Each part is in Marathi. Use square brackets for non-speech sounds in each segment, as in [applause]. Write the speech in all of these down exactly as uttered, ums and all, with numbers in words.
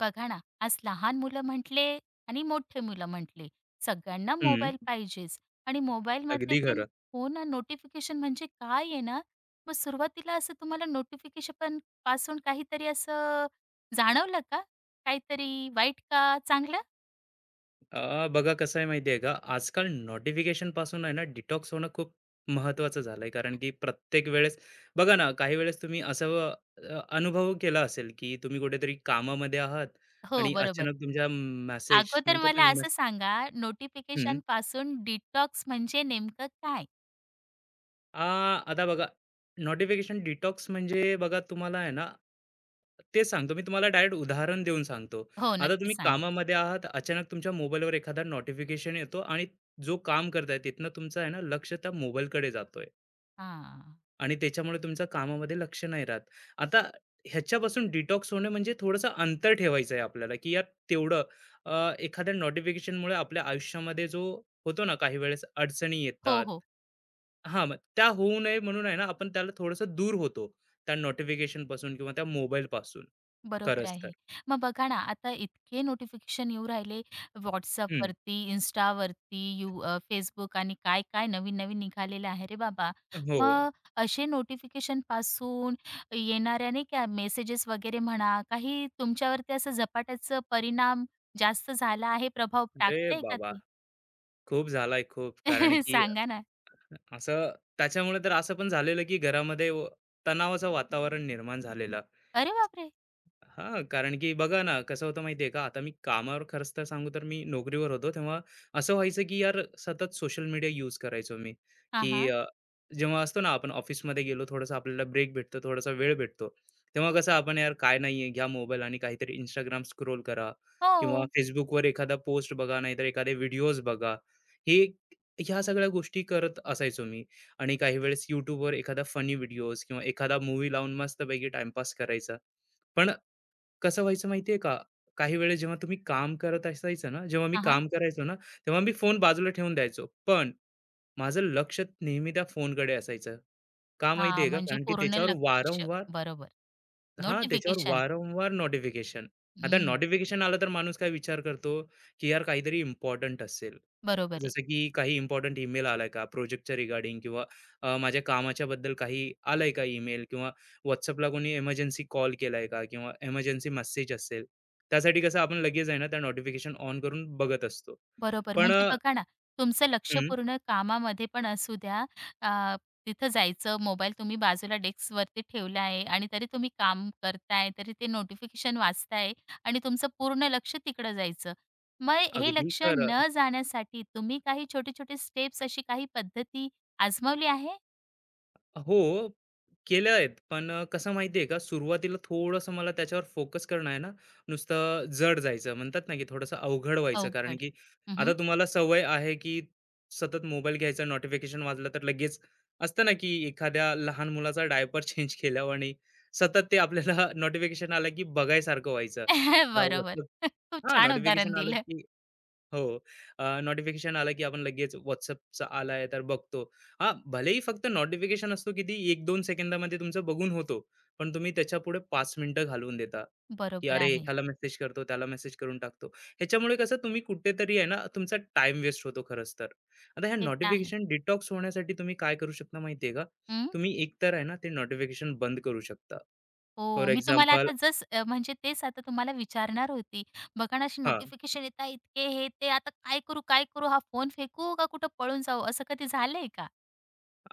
बघा ना, आज लहान मुलं म्हटले आणि मोठे मुलं म्हटले, सगळ्यांना हं, मोबाईल पाहिजेच आणि मोबाईलमधले अगदी ते खरं. हो ना, नोटिफिकेशन म्हणजे काय आहे ना, मग सुरुवातीला असं तुम्हाला नोटिफिकेशन पण पासून काहीतरी असं जाणवलं का? काहीतरी वाईट का चांगलं? अ, बघा कसं आहे माहिती आहे का, आजकाल नोटिफिकेशन पासून आहे ना डिटॉक्स होणं खूप महत्त्वाचं झालंय. कारण की प्रत्येक वेळेस बघा ना, काही वेळेस तुम्ही असं अ, अनुभव केला असेल, की तुम्ही कुठेतरी कामामध्ये आहात हो, आणि बरोबर. अचानक तुमच्या मेसेज अगोदर म्हणतात मला ना, असं सांगा, नोटिफिकेशनपासून डिटॉक्स म्हणजे नेमकं काय? आ, आता बघा, नोटिफिकेशन डिटॉक्स म्हणजे बघा तुम्हाला आहे ना, तेच सांगतो मी तुम्हाला डायरेक्ट उदाहरण देऊन सांगतो. हो, आता नक्की तुम्ही सांगा. कामामध्ये आहात, अचानक तुमच्या मोबाईलवर एखादा नोटिफिकेशन येतो आणि जो काम करताय तिथनं तुमचं आहे ना लक्ष त्या मोबाईलकडे जातोय. हां. आणि त्याच्यामुळे तुमचं कामामध्ये लक्ष नाही राहत. आता ह्याच्यापासून डिटॉक्स होणे म्हणजे थोडंसं अंतर ठेवायचं आहे आपल्याला, की यात तेवढं अ, एखाद्या नोटिफिकेशनमुळे आपल्या आयुष्यामध्ये जो होतो ना काही वेळेस अडचणी हो, येतात. हो. हां, मग त्या होऊ नये म्हणून आहे ना आपण त्याला थोडंसं दूर होतो. त्या नोटिफिकेशनपासून किंवा त्या मोबाईलपासून बरोबर खरंच तर. आहे. मग बघा ना, आता इतके नोटिफिकेशन येऊ राहिले हं. WhatsAppवरती, Instaवरती, यू अ, Facebook आणि काय-काय नवीन-नवीन निघालेलं आहे रे बाबा. हो. मग असे नोटिफिकेशनपासून येणाऱ्या नाही का मेसेजेस वगैरे म्हणा, काही तुमच्यावरती असं झपाट्याचं परिणाम जास्त झाला आहे, प्रभाव अरे टाकतंय का बाबा! ते? खूप झालाय खूप. कारण [laughs] की सांगा ना. असं त्याच्यामुळे तर असं पण झालेलं, की घरामध्ये व तणावाचं वातावरण निर्माण झालेलं. अरे बापरे! हां, कारण की बघा ना, कसं होतं माहिती आहे का? आता मी कामावर खरंच तर सांगू तर मी नोकरीवर होतो, तेव्हा असं व्हायचं की यार सतत सोशल मीडिया यूज करायचो मी, हां, की हां. अ, जेव्हा असतो ना आपण ऑफिसमध्ये गेलो, थोडासा आपल्याला ब्रेक भेटतो, थोडासा वेळ भेटतो, तेव्हा कसं आपण यार काय नाहीये, घ्या मोबाईल आणि काहीतरी Instagram स्क्रोल करा किंवा हो. Facebookवर एखादा पोस्ट बघा, नाहीतर एखादे व्हिडिओज बघा. हे ह्या सगळ्या गोष्टी करत असायचो मी आणि काही वेळेस YouTubeवर एखादा फनी व्हिडिओज किंवा एखादा मूव्ही लावून मस्तपैकी टाईमपास करायचा. पण कसं व्हायचं माहिती आहे का? काही वेळेस जेव्हा तुम्ही काम करत असायचं ना, जेव्हा मी हां, हां. काम करायचो ना, तेव्हा मी फोन बाजूला ठेवून द्यायचो. पण माझं लक्ष नेहमी त्या फोनकडे असायचं. का हां, माहिती का? म्हणजे कारण की पूर्ण त्याच्यावर लक्ष वारंवार बरोबर. हां, त्याच्यावर नोटिफिकेशन. वारंवार नोटिफिकेशन. आता हं, नोटिफिकेशन आलं तर माणूस काय विचार करतो, की यार काहीतरी इम्पोर्टंट असेल. बरोबर आहे. जसं की काही इम्पोर्टंट ईमेल आलाय का? प्रोजेक्टच्या रिगार्डिंग किंवा अ, माझ्या कामाच्याबद्दल काही आलाय का ईमेल? किंवा WhatsAppला कोणी एमर्जन्सी कॉल केलाय का? किंवा एमर्जन्सी मेसेज असेल. त्यासाठी कसं आपण लगेच आहे ना, त्या नोटिफिकेशन ऑन करून बघत असतो. बरोबर. पण म्हणजे अ, बघा ना, तुमचं हं, लक्षपूर्ण कामामध्ये पण असू द्या, अ, तिथं जायचं, मोबाईल तुम्ही बाजूला डेस्कवरती ठेवला आहे आणि तरी तुम्ही काम करताय, तरी ते नोटिफिकेशन वाचताय आणि तुमचं पूर्ण लक्ष तिकडं जायचं. मग हे अगदी लक्ष खरं. न जाण्यासाठी तुम्ही काही छोटे-छोटे स्टेप्स, अशी काही पद्धती आजमावली आहे? हो, केल्या आहेत. पण अ, कसं माहिती आहे का, सुरुवातीला थोडंसं मला त्याच्यावर फोकस करणं आहे ना, नुसतं जड जायचं. म्हणतात ना, की थोडंसं अवघड हो. व्हायचं. कारण अवघड. की आता हं, तुम्हाला सवय आहे, की सतत मोबाईल घ्यायचा, नोटिफिकेशन वाजलं तर लगेच असतं ना, की एखाद्या लहान मुलाचा डायपर चेंज केल्यावर आणि सतत ते आपल्याला [laughs] नोटिफिकेशन आलं, की बघायसारखं व्हायचं. [laughs] बरोबर. खूप हां, छान उदाहरण नोटिफिकेशन आलं, दिलं. की हो. अ, नोटिफिकेशन आलं की आपण लगेच WhatsAppचा आलाय तर बघतो. हां, भलेही फक्त नोटिफिकेशन असतो किती एक दोन सेकंदामध्ये तुमचं बघून होतो. पण तुम्ही त्याच्यापुढे पाच मिनिटं घालवून देता, की बरोबर अरे आहे. ह्याला मेसेज करतो, त्याला मेसेज करून टाकतो. ह्याच्यामुळे कसं तुम्ही कुठेतरी आहे ना तुमचा टाईम वेस्ट होतो खरंच तर. आता ह्या ते तर आहे. नोटिफिकेशन डिटॉक्स होण्यासाठी तुम्ही काय करू शकता माहिती का? हं. तुम्ही एकतर आहे ना ते नोटिफिकेशन बंद करू शकता. फॉर हो, मी तुम्हाला एक्झाम्पल आता जस अ, म्हणजे तेच आता तुम्हाला विचारणार होती. बघा ना, अशी हां. नोटिफिकेशन येत इतके हे ते आता काय करू, काय करू? हा फोन फेकू का कुठं पळून जाऊ? असं कधी झालंय का?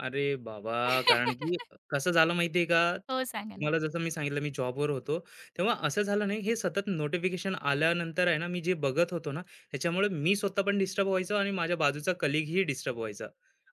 अरे बाबा! कारण की [laughs] कसं झालं माहिती का? हो, सांगा ना. तुम्हाला जसं मी सांगितलं मी जॉबवर होतो. तेव्हा असं झालं नाही हे सतत नोटिफिकेशन आल्यानंतर आहे ना, मी जे बघत होतो ना, त्याच्यामुळे मी स्वतः पण डिस्टर्ब व्हायचो आणि माझ्या बाजूचा कलीगही डिस्टर्ब व्हायचा.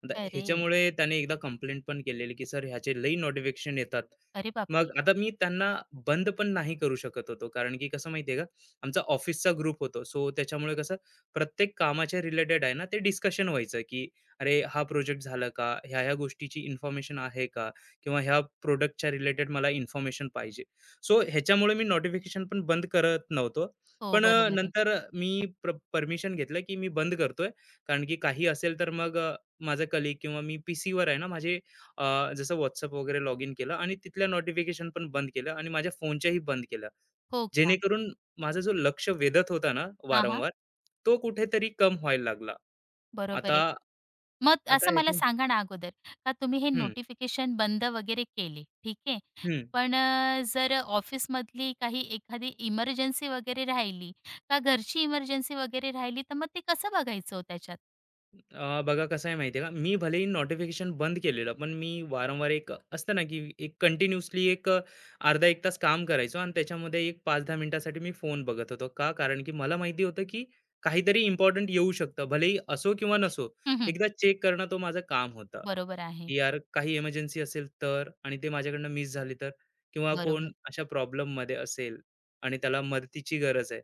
आता अरे! ह्याच्यामुळे त्याने एकदा कंप्लेंट पण केलेली, की "सर ह्याचे लई नोटिफिकेशन येतात." अरे मग बापरे! आता मी त्यांना बंद पण नाही करू शकत होतो. कारण की कसं माहिती का? आमचा ऑफिसचा ग्रुप होतो. सो त्याच्यामुळे कसं प्रत्येक कामाच्या रिलेटेड आहे ना, ते डिस्कशन व्हायचं, की अरे हा प्रोजेक्ट झाला का? ह्या-ह्या गोष्टीची इन्फॉर्मेशन आहे का? किंवा ह्या प्रॉडक्टच्या रिलेटेड मला इन्फॉर्मेशन पाहिजे. सो ह्याच्यामुळे मी नोटिफिकेशन पण बंद करत नव्हतो. हो, पण अ, बरोबर आहे. नंतर मी प्र परमिशन घेतलं, की मी बंद करतोय. कारण की काही असेल तर मग अ, माझा कलीग किंवा मी पीसीवर आहे ना माझे अ, जसं WhatsApp वगैरे लॉग इन केलं आणि तिथल्या नोटिफिकेशन पण बंद केलं आणि माझ्या फोनच्याही बंद केलं. हो का? जेणेकरून माझा जो लक्ष वेधत होता ना हां, हां. वारंवार, तो कुठेतरी कम व्हायला लागला. बरोबर आता आहे. मग आता असं मला ह्याच्या सांगा ना अगोदर, का तुम्ही हे हं, नोटिफिकेशन बंद वगैरे केले, ठीक आहे. हं. पण अ, जर ऑफिसमधली काही एखादी इमर्जन्सी वगैरे राहिली, का घरची इमर्जन्सी वगैरे राहिली, तर मग ते कसं बघायचं हो त्याच्यात? अ, बघा कसं आहे माहिती आहे का, मी भलेही नोटिफिकेशन बंद केलेलं पण मी वारंवार एक असतं ना की एक कंटिन्युअसली एक अ, अर्धा एक तास काम करायचो आणि त्याच्यामध्ये एक पाच दहा मिनिटासाठी मी फोन बघत होतो का, कारण की मला माहिती होतं की काहीतरी इम्पॉर्टंट येऊ शकतं, भलेही असो किंवा नसो, हं, हं. एकदा चेक करणं तो माझं काम होतं, बरोबर आहे. की यार काही इमर्जन्सी असेल तर आणि ते माझ्याकडनं मिस झाली तर किंवा कोण बरोबर, अशा प्रॉब्लेममध्ये असेल आणि त्याला मदतीची गरज आहे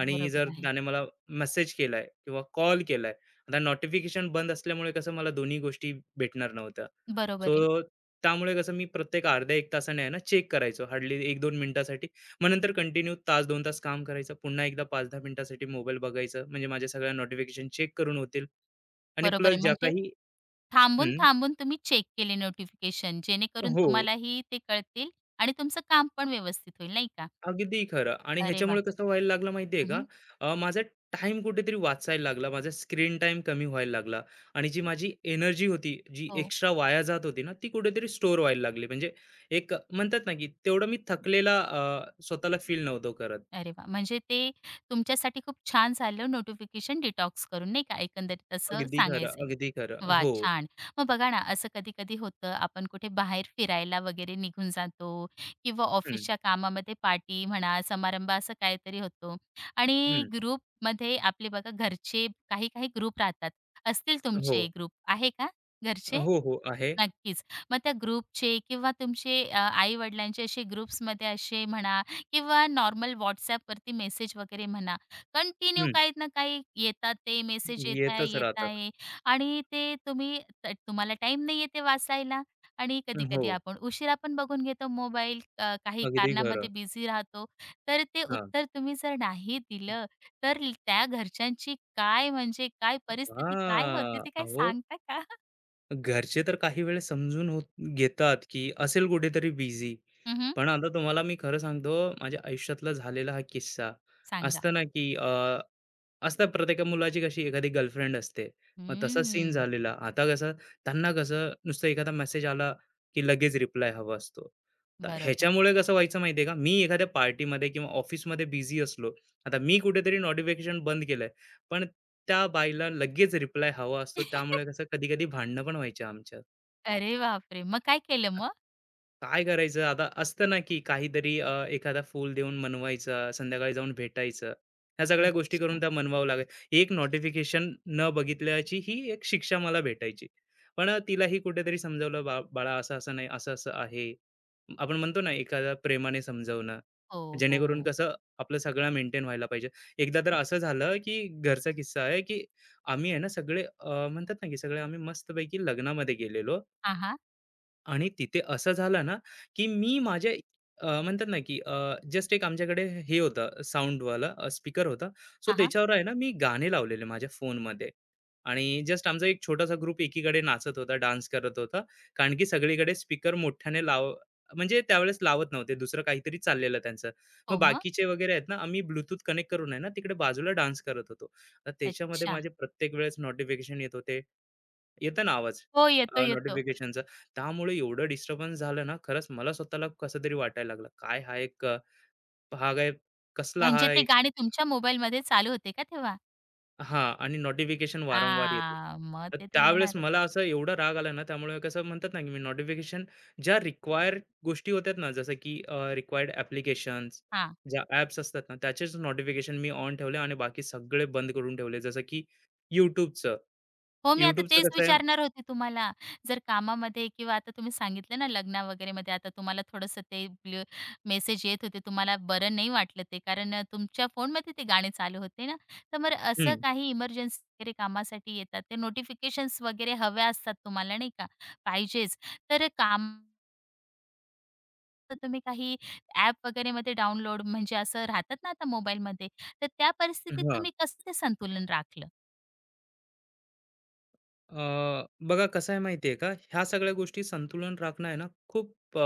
आणि जर बरोबर आहे. त्याने मला मेसेज केलाय किंवा कॉल केलाय, आता नोटिफिकेशन बंद असल्यामुळे कसं मला दोन्ही गोष्टी भेटणार नव्हत्या. बरोबर आहे, सो त्यामुळे कसं मी प्रत्येक अर्ध्या एक तासाने आहे ना चेक करायचो हार्डली एक दोन मिनिटासाठी. मग नंतर कंटिन्यू तास दोन तास काम करायचं. पुन्हा एकदा पाच दहा मिनिटासाठी मोबाईल बघायचं. म्हणजे माझ्या सगळ्या नोटिफिकेशन चेक करून होतील आणि बरोबर प्लस आहे. ज्या म्हणजे काही हं, थांबून-थांबून तुम्ही चेक केले नोटिफिकेशन, जेणेकरून हो. तुम्हालाही ते कळतील आणि तुमचं काम पण व्यवस्थित होईल, नाही का? अगदी खरं आणि अरे वाह! ह्याच्यामुळे कसं व्हायला लागलं माहितीये का, हं, अ, माझा टाइम कुठेतरी वाचायला लागला, माझा स्क्रीन टाइम कमी व्हायला लागला आणि जी हं. माझी एनर्जी होती जी हो. एक्स्ट्रा वाया जात होती ना ती कुठेतरी स्टोर व्हायला लागली. म्हणजे एक म्हणतात ना की तेवढं मी थकलेला अ, स्वतःला फील नव्हतो करत. अरे वाह! म्हणजे ते तुमच्यासाठी खूप छान झालं नोटिफिकेशन डिटॉक्स करून, नाही का? एकंदरीत असं अगदी खरं, सांगायचंय. अगदी खरं, वाह! हो. छान. मग बघा ना, असं कधी-कधी होतं, आपण कुठे बाहेर फिरायला वगैरे निघून जातो किंवा हम्म, ऑफिसच्या कामामध्ये पार्टी म्हणा, समारंभ असं काहीतरी होतो आणि हम्म, ग्रुपमध्ये आपले बघा घरचे काही-काही ग्रुप राहतात. असतील हो, तुमचे ग्रुप आहे का घरचे? हो, हो, आहे. नक्कीच. मग त्या ग्रुपचे किंवा तुमचे आई-वडिलांचे असे ग्रुप्समध्ये असे म्हणा किंवा नॉर्मल WhatsAppवरती मेसेज वगैरे म्हणा, कंटिन्यू हम्म, काही ना काही येतात ते मेसेज येत आहे, येतच येत राहतात. आहे आणि ते तुम्ही त तुम्हाला टाईम नाहीये ते वाचायला आणि हो, कधी-कधी आपण उशिरा पण बघून घेतो मोबाईल अ, काही अगदी खरं. कारणामध्ये बिझी राहतो. तर ते हा, उत्तर तुम्ही जर नाही दिलं, तर ल- त्या घरच्यांची काय म्हणजे काय हा, परिस्थिती काय होते ते काय अहो सांगता का? [laughs] घरचे तर काही वेळेस समजून होत घेतात, की असेल कुठेतरी बिझी. हं, पण आता तुम्हाला मी खरं सांगतो, माझ्या आयुष्यातला झालेला हा किस्सा. सांगा. असतं ना, की अ, असतं प्रत्येक मुलाची कशी एखादी गर्लफ्रेंड असते. मग तसा सीन हम्म. झालेला. आता कसं त्यांना कसं नुसतं एखादा मेसेज आला, की लगेच रिप्लाय हवा असतो. तर बरोबर. ह्याच्यामुळे कसं व्हायचं माहिती का? मी एखाद्या पार्टीमध्ये किंवा ऑफिसमध्ये बिझी असलो. आता मी कुठेतरी नोटिफिकेशन बंद केलंय. पण त्या बाईला लगेच रिप्लाय हवा असतो, त्यामुळे कसं कधी कधी भांडणं पण व्हायची आमच्यात. अरे बापरे! मग काय केलं मग? काय करायचं आता? असतं ना, की काहीतरी अ, एखादा फूल देऊन मनवायचं, संध्याकाळी जाऊन भेटायचं. ह्या सगळ्या गोष्टी अच्छा. करून त्या मनवावं लागाय. एक नोटिफिकेशन न बघितल्याची ही एक शिक्षा मला भेटायची. पण अ, तिलाही कुठेतरी समजावलं, "बा बाळा असं-असं नाही, असं-असं आहे." आपण म्हणतो ना, एखाद्या प्रेमाने समजावणं, हो, जेणेकरून हो. कसं आपलं सगळं मेंटेन व्हायला पाहिजे. एकदा तर असं झालं, की घरचा किस्सा आहे, की आम्ही आहे ना सगळे अ, म्हणतात ना, की सगळे आम्ही मस्तपैकी लग्नामध्ये गेलेलो हां, हां. आणि तिथे असं झालं ना, की मी माझ्या अ, म्हणतात ना, की जस्ट एक आमच्याकडे हे होतं साउंडवाला अ, स्पीकर होता. सो हां, हां. त्याच्यावर आहे ना, मी गाणे लावलेले माझ्या फोनमध्ये आणि जस्ट आमचा एक छोटासा ग्रुप एकीकडे नाचत होता, डान्स करत होता. कारण की सगळीकडे स्पीकर मोठ्याने लाव म्हणजे त्यावेळेस लावत नव्हते. दुसरं काहीतरी चाललेलं त्यांचं. मग हो मग? बाकीचे वगैरे आहेत ना, आम्ही ब्लूटूथ कनेक्ट करून आहे ना, तिकडे बाजूला डान्स करत होतो. तर त्याच्यामध्ये अच्छा. माझे प्रत्येक वेळेस नोटिफिकेशन येत होते. येतं ना आवाज हो, येतो, येतो. नोटिफिकेशनचा. त्यामुळे एवढं डिस्टर्बन्स झालं ना, खरंच मला स्वतःला कसंतरी वाटायला लागलं. काय हा एक अ, हा काय कसला हा म्हणजे ते एक गाणे तुमच्या मोबाईलमध्ये चालू होते का तेव्हा? हां आणि नोटिफिकेशन वारंवार येते. आ, मग तर ते तर त्यावेळेस येणारच. मला असं एवढा राग आला ना, त्यामुळे कसं म्हणतात ना, की मी नोटिफिकेशन ज्या रिक्वायर्ड गोष्टी होत्या ना, जसं की रिक्वायर्ड ॲप्लिकेशन्स, हां. ज्या ॲप्स असतात ना, त्याचेच नोटिफिकेशन मी ऑन ठेवले आणि बाकी सगळे बंद करून ठेवले. जसं की YouTubeचं. हो, मी आता YouTubeचं तेच कसं आहे विचारणार होते तुम्हाला. जर कामामध्ये किंवा आता तुम्ही सांगितलं ना लग्न वगैरेमध्ये आता तुम्हाला थोडंसं ते मेसेज येत होते. तुम्हाला बरं नाही वाटलं ते कारण अ, तुमच्या फोनमध्ये ते गाणे चालू होते ना. तर मग असं हं. काही इमर्जन्सी वगैरे कामासाठी येतात. ते नोटिफिकेशन्स वगैरे हव्या असतात तुम्हाला नाही का, पाहिजेच. तर काम तुम्ही काही ॲप वगैरेमध्ये डाउनलोड म्हणजे असं राहतात ना आता मोबाईलमध्ये. तर त्या परिस्थितीत तुम्ही कसं ते संतुलन राखलं? अ, बघा कसं आहे माहिती आहे का? ह्या सगळ्या गोष्टी संतुलन राखणं आहे ना, खूप अ,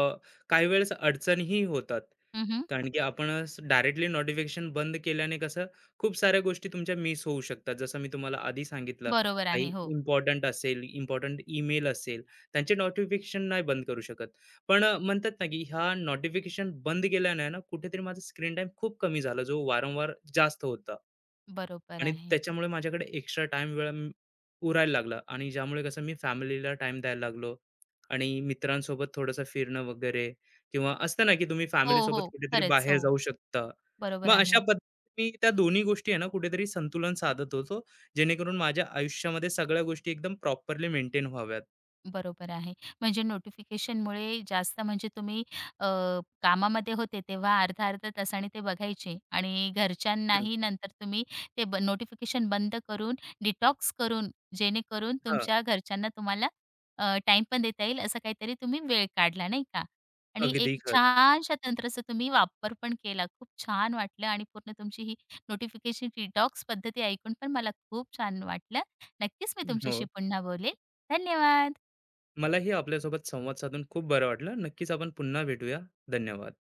काही वेळेस अडचणीही होतात. हं, कारण की आपणच डायरेक्टली नोटिफिकेशन बंद केल्याने कसं खूप साऱ्या गोष्टी तुमच्या मिस होऊ शकतात. जसं मी तुम्हाला आधी सांगितलं, बरोबर काही आहे. हो, इम्पोर्टंट असेल, इम्पोर्टंट ईमेल असेल, त्यांचे नोटिफिकेशन नाही बंद करू शकत. पण अ, म्हणतात ना, की ह्या नोटिफिकेशन बंद केल्याने आहे ना, कुठेतरी माझा स्क्रीन टाईम खूप कमी झाला, जो वारंवार जास्त होता. बरोबर आणि आहे. त्याच्यामुळे माझ्याकडे एक्स्ट्रा टाईम वेळ उरायला लागला आणि ज्यामुळे कसं मी फॅमिलीला टाइम द्यायला लागलो आणि मित्रांसोबत थोडंसं फिरणं वगैरे किंवा असतं ना की तुम्ही हो, फॅमिलीसोबत हो. कुठेतरी खरंच. बाहेर हो, जाऊ शकता. बरोबर मग अशा आहे. पद्धतीने मी त्या दोन्ही गोष्टी आहे ना कुठेतरी संतुलन साधत होतो, जेणेकरून माझ्या आयुष्यामध्ये सगळ्या गोष्टी एकदम प्रॉपरली मेंटेन व्हाव्यात. बरोबर आहे. म्हणजे नोटिफिकेशनमुळे जास्त म्हणजे तुम्ही अ, कामामध्ये होते तेव्हा अर्ध्या-अर्ध्या तासाने ते बघायचे आणि हं, घरच्यांनाही नंतर तुम्ही ते ब नोटिफिकेशन बंद करून, डिटॉक्स करून, जेणेकरून हां, तुमच्या घरच्यांना तुम्हाला अ, टाईम पण देता येईल असं काहीतरी तुम्ही वेळ काढला नाही का? आणि एक अगदी खरं. छानशा तंत्राचा तुम्ही वापर पण केला. खूप छान वाटलं आणि पूर्ण तुमची ही नोटिफिकेशन डिटॉक्स पद्धती ऐकून पण मला खूप छान वाटलं. नक्कीच मी तुमच्याशी हो, पुन्हा बोलेल. धन्यवाद. मलाही आपल्यासोबत संवाद साधून खूप बरं वाटलं. नक्कीच आपण पुन्हा भेटूया. धन्यवाद.